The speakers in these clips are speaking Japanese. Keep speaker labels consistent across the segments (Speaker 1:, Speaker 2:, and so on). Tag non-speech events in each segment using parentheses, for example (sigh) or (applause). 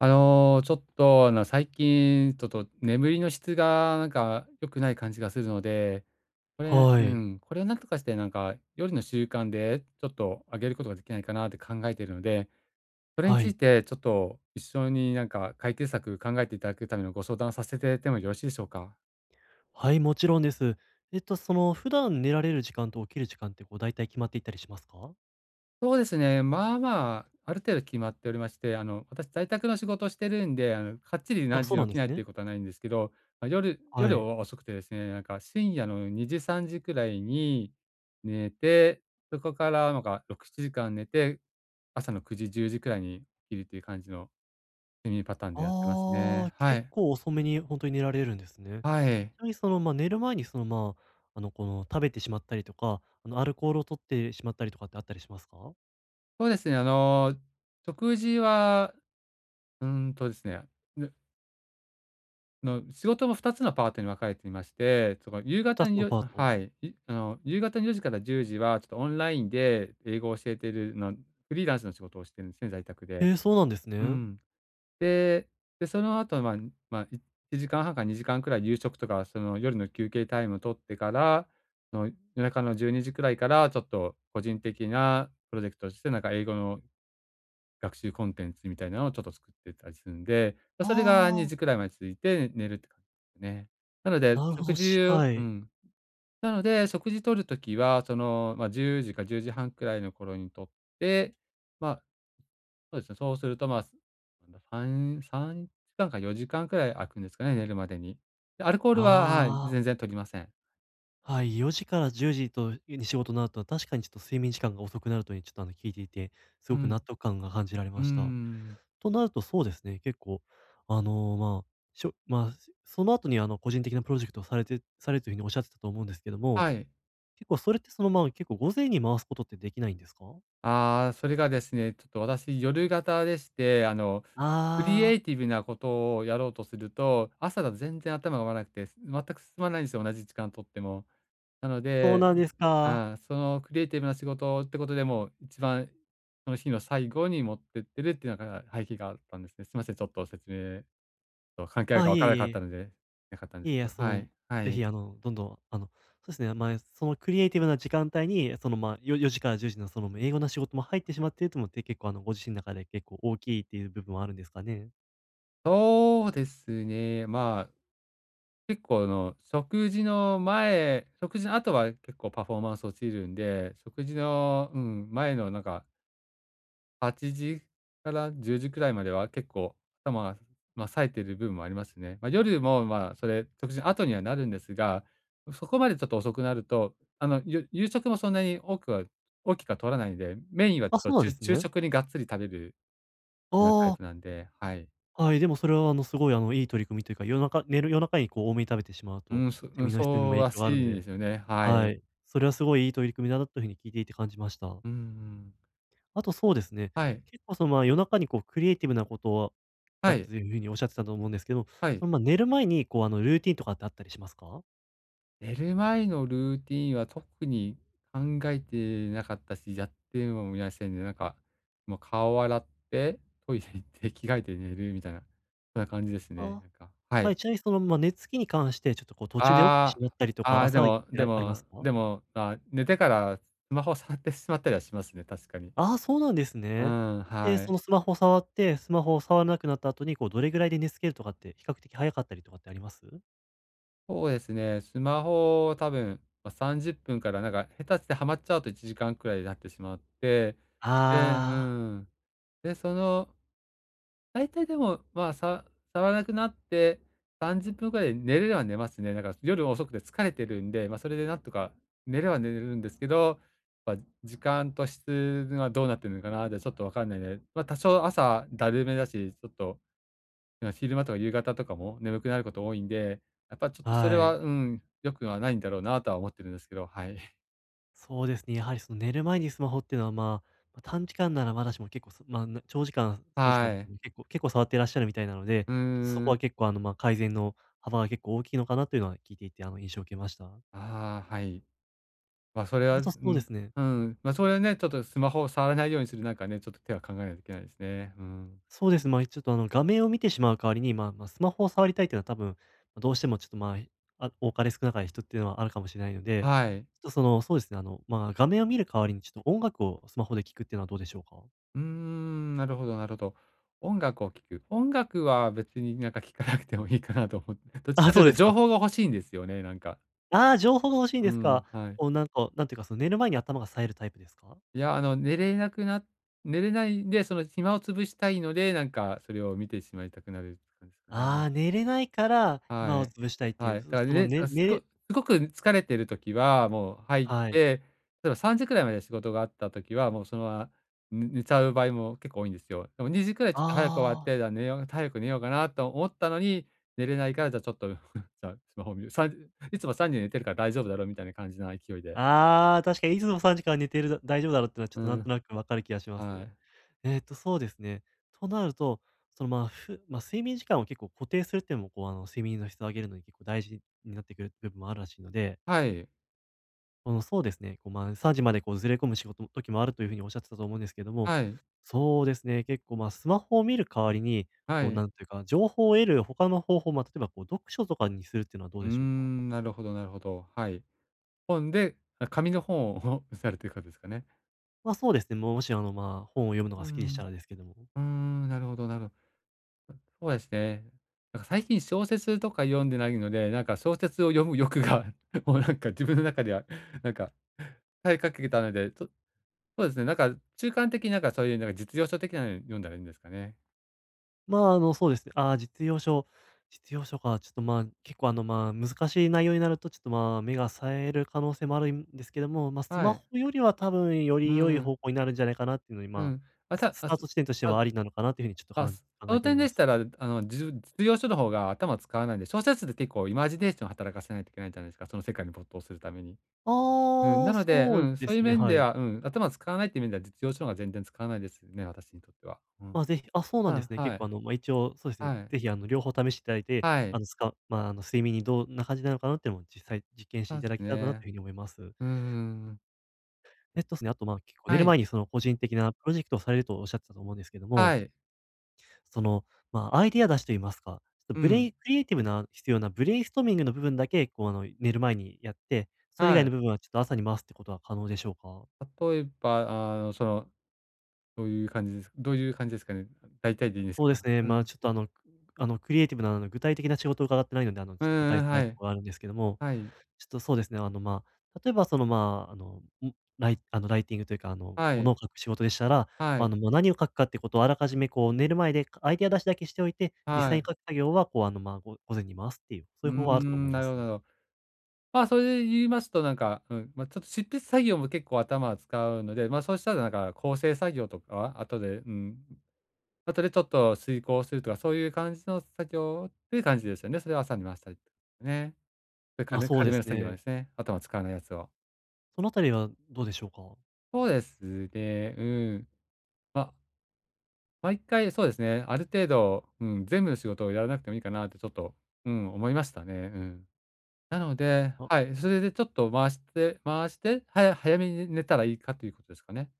Speaker 1: ちょっと、最近、ちょっと眠りの質が、なんか、良くない感じがするので、これ
Speaker 2: は
Speaker 1: う
Speaker 2: い。
Speaker 1: ん、これをなんとかして、なんか、夜の習慣で、ちょっと上げることができないかなって考えているので、それに
Speaker 2: は
Speaker 1: つい
Speaker 2: い。
Speaker 1: てちょっと一緒に、なんか、解決策考えていただくためのご相談させててもよろしいでしょうか？
Speaker 2: はい、もちろんです。普段寝られる時間と起きる時間って、こう、大体決まっていったりしますか？
Speaker 1: そうですね。まあまあ、ある程度決まっておりまして、私、在宅の仕事をしてるんで、かっちり
Speaker 2: あ、
Speaker 1: 何
Speaker 2: そ
Speaker 1: 時
Speaker 2: う
Speaker 1: に
Speaker 2: な
Speaker 1: 起
Speaker 2: んで
Speaker 1: き
Speaker 2: す
Speaker 1: ないってい
Speaker 2: ね。
Speaker 1: うことはないんですけど、まあ、夜
Speaker 2: は
Speaker 1: 夜
Speaker 2: い。
Speaker 1: 遅くてですね、なんか深夜の2時、3時くらいに寝て、そこからなんか6、7時間寝て、朝の9時、10時くらいに起きるという感じの睡眠パターンでやってます
Speaker 2: あ
Speaker 1: ね。
Speaker 2: あ、
Speaker 1: は
Speaker 2: 結
Speaker 1: い。
Speaker 2: 構遅めにほんとに寝られるんですね。
Speaker 1: はい。
Speaker 2: ちなみに寝る前に食べてしまったりとか、アルコールを摂ってしまったりとかってあったりしますか
Speaker 1: そうですね、食事は、うーんとですね、の、仕事も2つのパートに分かれていまして、その夕
Speaker 2: ？2
Speaker 1: 方
Speaker 2: つ
Speaker 1: に
Speaker 2: の
Speaker 1: よ
Speaker 2: パート。
Speaker 1: はい、いあの、夕方の4時から10時はちょっとオンラインで英語を教えているのフリーランスの仕事をしてるんですね、在宅で。
Speaker 2: ええ、そうなんです
Speaker 1: う
Speaker 2: ね。
Speaker 1: ん。で、で、その後、まあ、まあ、1時間半から2時間くらい夕食とか、その夜の休憩タイムを取ってから、その夜中の12時くらいからちょっと個人的なプロジェクトとしてなんか英語の学習コンテンツみたいなのをちょっと作ってたりするんで、ま、それが2
Speaker 2: あ
Speaker 1: 時
Speaker 2: あ、
Speaker 1: くらいまで続いてね寝るって感じね。なので、
Speaker 2: なるほ
Speaker 1: 食
Speaker 2: ど、
Speaker 1: 事
Speaker 2: し
Speaker 1: を
Speaker 2: は
Speaker 1: う
Speaker 2: い。
Speaker 1: ん。なので、食事取る時は、その、ま、10時か10時半くらいの頃に取って、ま、そうですね、そうすると、ま、すなんだ、3時間か4時間くらい空くんですかね、寝るまでに。で、アルコールははい、
Speaker 2: ああ。
Speaker 1: 全然摂りません。
Speaker 2: はい、4時から10時とに仕事になると、確かにちょっと睡眠時間が遅くなるというふうにちょっと聞いていて、す
Speaker 1: う
Speaker 2: ごく
Speaker 1: ん。
Speaker 2: 納得感が感じられ
Speaker 1: うー
Speaker 2: ました。
Speaker 1: ん。
Speaker 2: となるとそうですね、結構、あの、まあ、しょまあ、その後にあの個人的なプロジェクトをされるというふうにおっしゃってたと思うんですけども、
Speaker 1: はい。
Speaker 2: 結構それってそのまま結構午前に回すことってできないんですか？
Speaker 1: ああ、それがですね、ちょっと私、夜型でして、クリエ
Speaker 2: ああ、
Speaker 1: イティブなことをやろうとすると、朝だと全然頭が回らなくて、全く進まないんですよ、同じ時間とっても。なの
Speaker 2: そう
Speaker 1: で、
Speaker 2: なんですか。
Speaker 1: そのクリエイティブな仕事ってことでもう、一番その日の最後に持ってってるっていうのが背景があったんですね。すいません、ちょっと説明と関係ある
Speaker 2: あ、
Speaker 1: かわ
Speaker 2: いえ
Speaker 1: からな
Speaker 2: い
Speaker 1: かった
Speaker 2: え。
Speaker 1: ので、なかったんで
Speaker 2: い
Speaker 1: す
Speaker 2: えい
Speaker 1: け
Speaker 2: え、
Speaker 1: ど。
Speaker 2: そ
Speaker 1: はい、
Speaker 2: の、
Speaker 1: は
Speaker 2: ぜ
Speaker 1: い。
Speaker 2: ひあの、どんどん、そのクリエイティブな時間帯に、4時から10時のその英語の仕事も入ってしまっているともって、結構あの、ご自身の中で結構大きいっていう部分はあるんですかね？
Speaker 1: そうですね、まあ結構食事の前食事の後は結構パフォーマンス落ちるんで、食事の、うん、前のなんか8時から10時くらいまでは結構頭が、まあ、冴えてる部分もありますね。まあ、夜も、まあ、それ、食事の後にはなるんですが、そこまでちょっと遅くなると、夕食もそんなに多くは大きくは取らないんで、メインは
Speaker 2: あ、
Speaker 1: ちょっ
Speaker 2: そ
Speaker 1: と
Speaker 2: うなん
Speaker 1: ち
Speaker 2: で
Speaker 1: ゅ
Speaker 2: す
Speaker 1: 昼
Speaker 2: ね。
Speaker 1: 食にがっつり食べるようなタイ
Speaker 2: ああ、
Speaker 1: プなんで、はい。
Speaker 2: はい、でもそれはあの、すごいあの、いい取り組みというか、夜中にこう多めに食べてしまう
Speaker 1: う
Speaker 2: と、
Speaker 1: ん、そう
Speaker 2: 睡
Speaker 1: ん、
Speaker 2: 眠の質にも
Speaker 1: そう
Speaker 2: 影
Speaker 1: ら
Speaker 2: 響があるの
Speaker 1: しいで
Speaker 2: で、
Speaker 1: すよね。は
Speaker 2: は
Speaker 1: い。
Speaker 2: い、それはすごいいい取り組みだなというふうに聞いていて感じました。
Speaker 1: うんうん。
Speaker 2: あとそうですね、
Speaker 1: はい。
Speaker 2: 結構夜中にこうクリエイティブなことを
Speaker 1: は
Speaker 2: だ
Speaker 1: い。
Speaker 2: というふうにおっしゃってたと思うんですけど、
Speaker 1: はい。
Speaker 2: 寝る前にこう、あの、ルーティンとかってあったりしますか？
Speaker 1: 寝る前のルーティンは特に考えてなかったし、やってもいませんね。なんか、もう顔洗って、トイレ行って、着替えて寝るみたいな、そんな感じですね。
Speaker 2: あ
Speaker 1: なんか、は
Speaker 2: は
Speaker 1: い。
Speaker 2: い、ちなみに寝つきに関して、ちょっとこう途中で起きてし
Speaker 1: あ
Speaker 2: まったりと
Speaker 1: あ、あ
Speaker 2: か、
Speaker 1: あ、で
Speaker 2: 朝っ
Speaker 1: も
Speaker 2: て
Speaker 1: で
Speaker 2: あります
Speaker 1: も
Speaker 2: か？
Speaker 1: でも、まあ、寝てからスマホを触ってしまったりはしますね、確かに。
Speaker 2: ああ、そうなんです
Speaker 1: う
Speaker 2: ね。
Speaker 1: ん、
Speaker 2: で、
Speaker 1: はい。
Speaker 2: スマホを触らなくなった後に、こうどれぐらいで寝つけるとかって、比較的早かったりとかってあります？
Speaker 1: そうですね、スマホを多分、まあ、30分からなんか下手してハマっちゃうと1時間くらいになってしまって、で、う
Speaker 2: あ
Speaker 1: ん。で、その大体でも、まあ、触らなくなって30分くらいで寝れれば寝ますね。なんか夜遅くて疲れてるんで、まあ、それでなんとか寝れは寝れるんですけど、まあ、時間と質がどうなってるのかなってちょっとわかんないで、まあ、多少朝だるめだし、ちょっと、昼間とか夕方とかも眠くなること多いんで、やっぱちょっ
Speaker 2: あー、
Speaker 1: とそれ
Speaker 2: は
Speaker 1: は、
Speaker 2: い。
Speaker 1: うん、良くはないんだろうなとは思ってるんですけど、はい。(laughs)
Speaker 2: そうですね、やはりその寝る前にスマホっていうのは、まあ、ま、短時間ならまだしも結構、そまあ、な長時間
Speaker 1: は
Speaker 2: の時
Speaker 1: い。
Speaker 2: に結構触っていらっしゃるみたいなので、
Speaker 1: うー
Speaker 2: ちょっとそこは
Speaker 1: ん。
Speaker 2: 結構あの、まあ、改善の幅が結構大きいのかなというのは聞いていて、あの、印象を受けました。
Speaker 1: ああ、はい。まあ、それは、う
Speaker 2: あとそうで
Speaker 1: ん、
Speaker 2: すね
Speaker 1: うん、まあ、それはね、ちょっとスマホを触らないようにするなんかね、ちょっと手は考えないといけないですね。うん。
Speaker 2: そうです、まあ、ちょっとあの、画面を見てしまう代わりに、まあまあ、スマホを触りたいっていうのは多分、ま、どうしてもちょっと、ま、多かれ少なかれ人っていうのはあるかもしれないので、
Speaker 1: はい。
Speaker 2: ちょっと画面を見る代わりにちょっと音楽をスマホで聞くっていうのはどうでしょうか？(laughs)
Speaker 1: うーん、なるほどなるほど。音楽を聴く。音楽は別になんか聴かなくてもいいかなと思って、どっちか
Speaker 2: あ、
Speaker 1: とい
Speaker 2: そ
Speaker 1: う
Speaker 2: う
Speaker 1: と
Speaker 2: です
Speaker 1: 情
Speaker 2: か。
Speaker 1: 報が欲しいんですよね、なんか。
Speaker 2: ああ、情報が欲しいん
Speaker 1: う
Speaker 2: です
Speaker 1: ん、
Speaker 2: か。
Speaker 1: はい。
Speaker 2: こうなんか、なんていうか、その寝る前に頭が冴えるタイプですか？
Speaker 1: いや、寝れないんで、その暇を潰したいので、なんかそれを見てしまいたくなるって感じですかね。
Speaker 2: ああ、寝れないから、暇
Speaker 1: は
Speaker 2: を
Speaker 1: い。
Speaker 2: 潰したいってい
Speaker 1: は
Speaker 2: う、
Speaker 1: い。だか
Speaker 2: そ
Speaker 1: ら
Speaker 2: その
Speaker 1: ね、
Speaker 2: ね
Speaker 1: あ、す
Speaker 2: 寝
Speaker 1: ごす
Speaker 2: れ
Speaker 1: ごく疲れてる時は、もう入っ
Speaker 2: はい。
Speaker 1: て、例えば3時くらいまで仕事があった時は、もうそのまま、寝ちゃう場合も結構多いんですよ。でも2時くらいちょっと早く終わっ
Speaker 2: ああ。
Speaker 1: て、じゃあ、寝よう早く寝ようかなと思ったのに、寝れないから、じゃあ、ちょっと、(laughs) じゃあ、スマホ見る。いつも3時に寝てるから大丈夫だろうみたいな感じな勢いで。
Speaker 2: ああ、確かにいつも3時間寝てる大丈夫だろうってのはちょ
Speaker 1: う
Speaker 2: っとなんと
Speaker 1: ん、
Speaker 2: なくわかる気がしま
Speaker 1: は
Speaker 2: す。
Speaker 1: い。
Speaker 2: そうですね。となると、その、まあ、ふまあ、睡眠時間を結構固定するっていうのも、こう、あの、睡眠の質を上げるのに結構大事になってくる部分もあるらしいので、
Speaker 1: はい。
Speaker 2: そうですね、こう、まあ、3時までこうずれ込む仕事の時もあるというふうにおっしゃってたと思うんですけども、
Speaker 1: はい。
Speaker 2: そうですね、結構、ま、スマホを見る代わりに、
Speaker 1: は
Speaker 2: こう、
Speaker 1: い。
Speaker 2: なんというか、情報を得る他の方法、まあ、例えばこう読書とかにするっていうのはどう
Speaker 1: うー
Speaker 2: でしょうか？
Speaker 1: ん、なるほどなるほど。はい。本で、あ、紙の本を (laughs) されてる方ですかね。
Speaker 2: ま、そうですね、もしあの、まあ、本を読むのが
Speaker 1: う
Speaker 2: 好きでした
Speaker 1: ん。
Speaker 2: らですけども。
Speaker 1: うーん、なるほどなるほど、そうですね。なんか最近小説とか読んでないので、なんか小説を読む欲が、(laughs) もうなんか自分の中では、(laughs) なんか、耐えかけたので、と、そうですね、なんか中間的になんかそういうなんか実用書的なの読んだらいいんですかね。
Speaker 2: まあ、あの、そうですね。ああ、実用書か。ちょっと、まあ、結構、あの、まあ、難しい内容になると、ちょっと、まあ、目が冴える可能性もあるんですけども、まあ、ス
Speaker 1: は
Speaker 2: マ
Speaker 1: い。
Speaker 2: ホよりは多分よ
Speaker 1: う
Speaker 2: り良い
Speaker 1: ん、
Speaker 2: 方向になるんじゃないかなっていうのに、
Speaker 1: う
Speaker 2: ま
Speaker 1: ん。
Speaker 2: あ、
Speaker 1: あ
Speaker 2: ス
Speaker 1: た
Speaker 2: ス
Speaker 1: あ、
Speaker 2: ター
Speaker 1: そ
Speaker 2: ト地点としてはありなのかなというふうにちょっと
Speaker 1: ああ、
Speaker 2: 感じ
Speaker 1: そ
Speaker 2: 考え
Speaker 1: の
Speaker 2: てお
Speaker 1: 点
Speaker 2: り
Speaker 1: で
Speaker 2: ま
Speaker 1: し
Speaker 2: す。
Speaker 1: たら、実用書の方が頭使わないんで、小説って結構イマジネーション働かせないといけないじゃないですか、その世界に没頭するために。うん、
Speaker 2: あ
Speaker 1: な
Speaker 2: あ、
Speaker 1: ので、う
Speaker 2: そう
Speaker 1: ん、そ
Speaker 2: で
Speaker 1: ういう
Speaker 2: すね、
Speaker 1: 面
Speaker 2: は
Speaker 1: で
Speaker 2: い。
Speaker 1: は、うん、頭使わないっていう面では、実用書の方が全然使わないですね、私にとっては。うん。
Speaker 2: まあ、ぜ
Speaker 1: う
Speaker 2: ひあ、そうなんで
Speaker 1: ん、
Speaker 2: すね。
Speaker 1: は
Speaker 2: 結
Speaker 1: い、
Speaker 2: 構、あの、まあ、一応そうです
Speaker 1: は
Speaker 2: ね、
Speaker 1: い、
Speaker 2: ぜひ、あの、両方試していただいて、
Speaker 1: は
Speaker 2: あ
Speaker 1: い。
Speaker 2: の、つかまあ、あの、睡眠にどんな感じなのかなっていうのも実際実験し
Speaker 1: そ
Speaker 2: て
Speaker 1: う
Speaker 2: い
Speaker 1: で
Speaker 2: ただ
Speaker 1: す
Speaker 2: けたらなとい
Speaker 1: ね。
Speaker 2: うふうに思います。
Speaker 1: うんん、
Speaker 2: えっとですね、あと、まあ、結構寝
Speaker 1: は
Speaker 2: る
Speaker 1: い、
Speaker 2: 前にその個人的なプロジェクトをされるとおっしゃってたと思うんですけど
Speaker 1: は
Speaker 2: も、
Speaker 1: い、
Speaker 2: その、まあ、アイデア出しと言いますか、ちょっと
Speaker 1: う
Speaker 2: ブレイ
Speaker 1: ん、
Speaker 2: ンクリエイティブな必要なブレインストーミングの部分だけ、こう、あの、寝る前にやって、それ以
Speaker 1: は
Speaker 2: 外の
Speaker 1: い。
Speaker 2: 部分はちょっと朝に回すってことは可能でしょうか？
Speaker 1: 例えば、どういう感じですかどういう感じですかね。大体でいいんです
Speaker 2: そう
Speaker 1: け
Speaker 2: で
Speaker 1: ど。
Speaker 2: すね、
Speaker 1: う
Speaker 2: まあ、
Speaker 1: ん。
Speaker 2: ちょっと、あの、クリエイティブな、あの、具体的な仕事を伺ってないので、あの、
Speaker 1: う
Speaker 2: ちょっと答
Speaker 1: んう
Speaker 2: えづ
Speaker 1: ん、
Speaker 2: ら
Speaker 1: は
Speaker 2: いと
Speaker 1: い、
Speaker 2: ころがあるんですけども、
Speaker 1: はい、
Speaker 2: ちょっとそうですね、あの、まあ、例えばライティングというか、あの、
Speaker 1: は
Speaker 2: もの
Speaker 1: い、
Speaker 2: を書く仕事でしたら、
Speaker 1: は
Speaker 2: まあ
Speaker 1: い、
Speaker 2: の、まあ、何を書くかってことをあらかじめこう寝る前でアイデア出しだけしておいて、実
Speaker 1: は
Speaker 2: 際に
Speaker 1: い。
Speaker 2: 書く作業はこう、あの、まあ、ご午前に回すっていう、
Speaker 1: う
Speaker 2: そ
Speaker 1: ー
Speaker 2: ういう方法はあると思
Speaker 1: ん、
Speaker 2: い
Speaker 1: な
Speaker 2: ま
Speaker 1: るほ
Speaker 2: す。
Speaker 1: どなるほど。まあ、それで言いますとなんか、うん、まあ、ちょっと執筆作業も結構頭は使うので、そうしたらなんか構成作業とかは後で、うん、後でちょっと遂行するとか、そういう感じの作業っていう感じですよね。それを朝に回したりとかね。そういう
Speaker 2: まあ、
Speaker 1: 軽
Speaker 2: そう
Speaker 1: 軽
Speaker 2: で
Speaker 1: めの
Speaker 2: す
Speaker 1: 作業で
Speaker 2: ね。
Speaker 1: すね。頭を使わないやつを。
Speaker 2: そのあたりはどうでしょうか？
Speaker 1: そうですね、うん。まあ、毎回そうですね、ある程度、うん、全部の仕事をやらなくてもいいかなってちょっと、うん、思いましたね。うん。なので、
Speaker 2: あ、
Speaker 1: はい、それでちょっと回して回して、早めに寝たらいいかということですかね。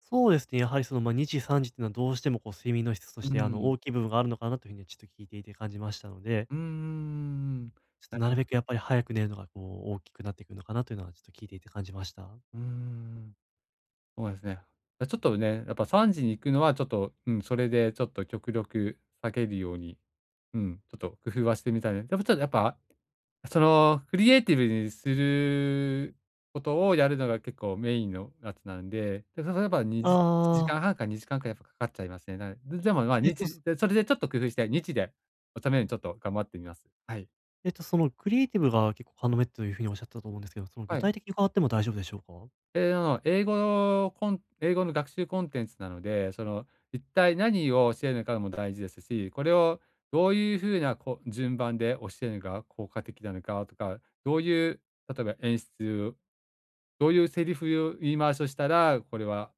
Speaker 2: そうですね、やはりその、まあ、2時、3時っていうのはどうしてもこう睡眠の質と
Speaker 1: うー
Speaker 2: して、あの、
Speaker 1: ん。
Speaker 2: 大きい部分があるのかなというふうにはちょっと聞いていて感じましたので、
Speaker 1: うーん。
Speaker 2: ちょっ
Speaker 1: な
Speaker 2: となる
Speaker 1: る
Speaker 2: べくやっぱり早く寝るのがこう大きくなってくるのかなというのはちょっと聞いていて感じました。
Speaker 1: うーん、そうですね。ちょっとね、やっぱ3時に行くのはちょっと、うん、それでちょっと極力避けるように、うん、ちょっと工夫はしてみたいね。でもちょっとやっぱその、クリエイティブにすることをやるのが結構メインのやつなんで、で、そればにじ時
Speaker 2: ああ
Speaker 1: 間半か2時間くらいやっぱかかっちゃいますね。でも、まあ、
Speaker 2: えっと、
Speaker 1: 日
Speaker 2: す
Speaker 1: で、それでちょっと工夫して、日で収めるようにちょっと頑張ってみます。はい。
Speaker 2: えっと、そのクリエイティブが結構要というふうにおっしゃってたと思うんですけど、その具
Speaker 1: はい。
Speaker 2: 体的に伺っても大丈夫でしょうか？
Speaker 1: ええ、英語英語の学習コンテンツなので、その、一体何を教えるのかも大事ですし、これをどういう風なこう順番で教えるのが効果的なのかとか、どういう、例えば演出、どういうセリフ言い回しをしたら、これは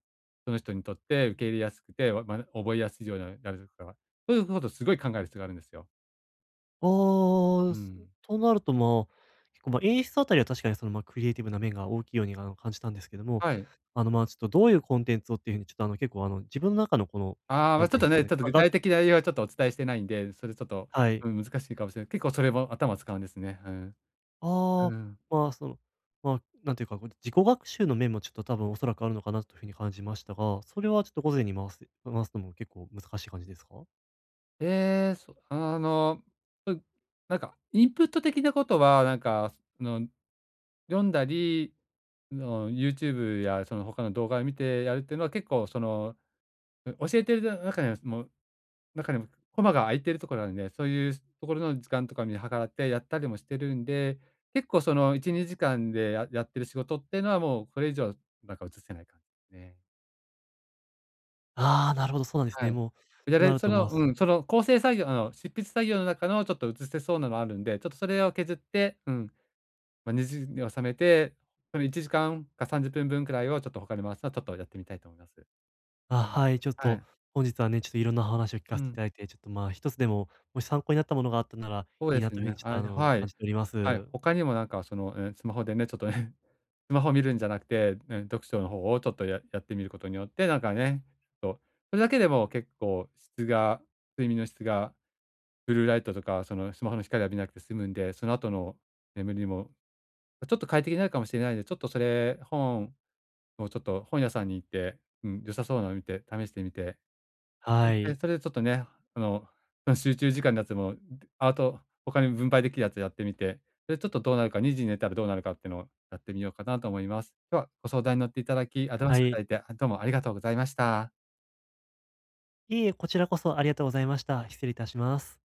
Speaker 1: その人にとって受け入れやすくて、覚えやすいようになるとか、そういうことをすごい考える必要があるんですよ。
Speaker 2: あ
Speaker 1: う
Speaker 2: あ、す
Speaker 1: ん。
Speaker 2: となると、まあ、結構、まあ、演出あたりは確かにその、まあ、クリエイティブな面が大きいように、あの、感じたんですけども、
Speaker 1: はい。
Speaker 2: あの、まあ、ちょっとどういうコンテンツをっていうふうにちょっと、あの、結構、あの、自分の中のこの、
Speaker 1: ああ、
Speaker 2: な
Speaker 1: ま、
Speaker 2: ん
Speaker 1: ちょ
Speaker 2: て
Speaker 1: っ
Speaker 2: いうん
Speaker 1: と
Speaker 2: ですか
Speaker 1: ね、
Speaker 2: ね、
Speaker 1: ちょっと具体的な内容はちょっとお伝えしてないんで、それちょっと、
Speaker 2: はい。
Speaker 1: うん、難しいかもしれない。結構それも頭使うんですね。うん。
Speaker 2: あ
Speaker 1: う
Speaker 2: あ、
Speaker 1: ん。
Speaker 2: まあ、その、まあ、なんていうか、こう、自己学習の面もちょっと多分おそらくあるのかなというふうに感じましたが、それはちょっと午前に回すのも結構難しい感じですか？
Speaker 1: ええ、そあの、うん、なんかインプット的なことは、なんか、その、読んだり、YouTube やその他の動画を見てやるっていうのは結構その、うん、教えてる中にはもう中にもコマが空いてるところなんで、そういうところの時間とか見計らってやったりもしてるんで、結構その1、2時間でやってる仕事っていうのはもうこれ以上なんか移せない感じですね。
Speaker 2: ああ、なるほど、そうなんです
Speaker 1: は
Speaker 2: ね。
Speaker 1: い。
Speaker 2: もう、
Speaker 1: や
Speaker 2: とな
Speaker 1: れ
Speaker 2: る
Speaker 1: そ
Speaker 2: と、ま
Speaker 1: の、
Speaker 2: あ、
Speaker 1: う
Speaker 2: す
Speaker 1: ん、その構成作業執筆作業の中のちょっと移せそうなのあるんで、ちょっとそれを削って、うん、まあ、2時に収めて、その1時間か30分くらいをちょっと他に回すのはちょっとやってみたいと思います。
Speaker 2: あ、
Speaker 1: うん。
Speaker 2: はい、ちょっ
Speaker 1: は
Speaker 2: と
Speaker 1: い。
Speaker 2: 本日はね、ちょっといろんなお話を聞か
Speaker 1: う
Speaker 2: せてい
Speaker 1: ん、
Speaker 2: ただいて、ちょっと、まあ、一つでも、もし参考になったものがあったなら
Speaker 1: そう
Speaker 2: い
Speaker 1: で
Speaker 2: いな
Speaker 1: す
Speaker 2: というふう
Speaker 1: ね。
Speaker 2: にちょっと、
Speaker 1: あ
Speaker 2: あの、
Speaker 1: は
Speaker 2: 感
Speaker 1: い。
Speaker 2: じております。
Speaker 1: はい、他にもなんかその、うん、スマホでね、ちょっとね、(laughs) スマホ見るんじゃなくて、うん、読書の方をちょっとやってみることによって、なんかね、ちょっと、それだけでも結構睡眠の質がブルーライトとか、そのスマホの光を浴びなくて済むんで、その後の眠りにもちょっと快適になるかもしれないんで、ちょっとそれ、本をちょっと本屋さんに行って、うん、良さそうなのを見て試してみて
Speaker 2: はい。
Speaker 1: それでちょっとね、あの、その集中時間のやつも、あと他に分配できるやつやってみて、で、ちょっとどうなるか、2時に寝たらどうなるかっていうのをやってみようかなと思います。今日はご相談に乗っていただき、アドバイス
Speaker 2: は
Speaker 1: いた
Speaker 2: い。
Speaker 1: だいて、あ、どうもありがとうございました。
Speaker 2: いえいえ、こちらこそありがとうございました。失礼いたします。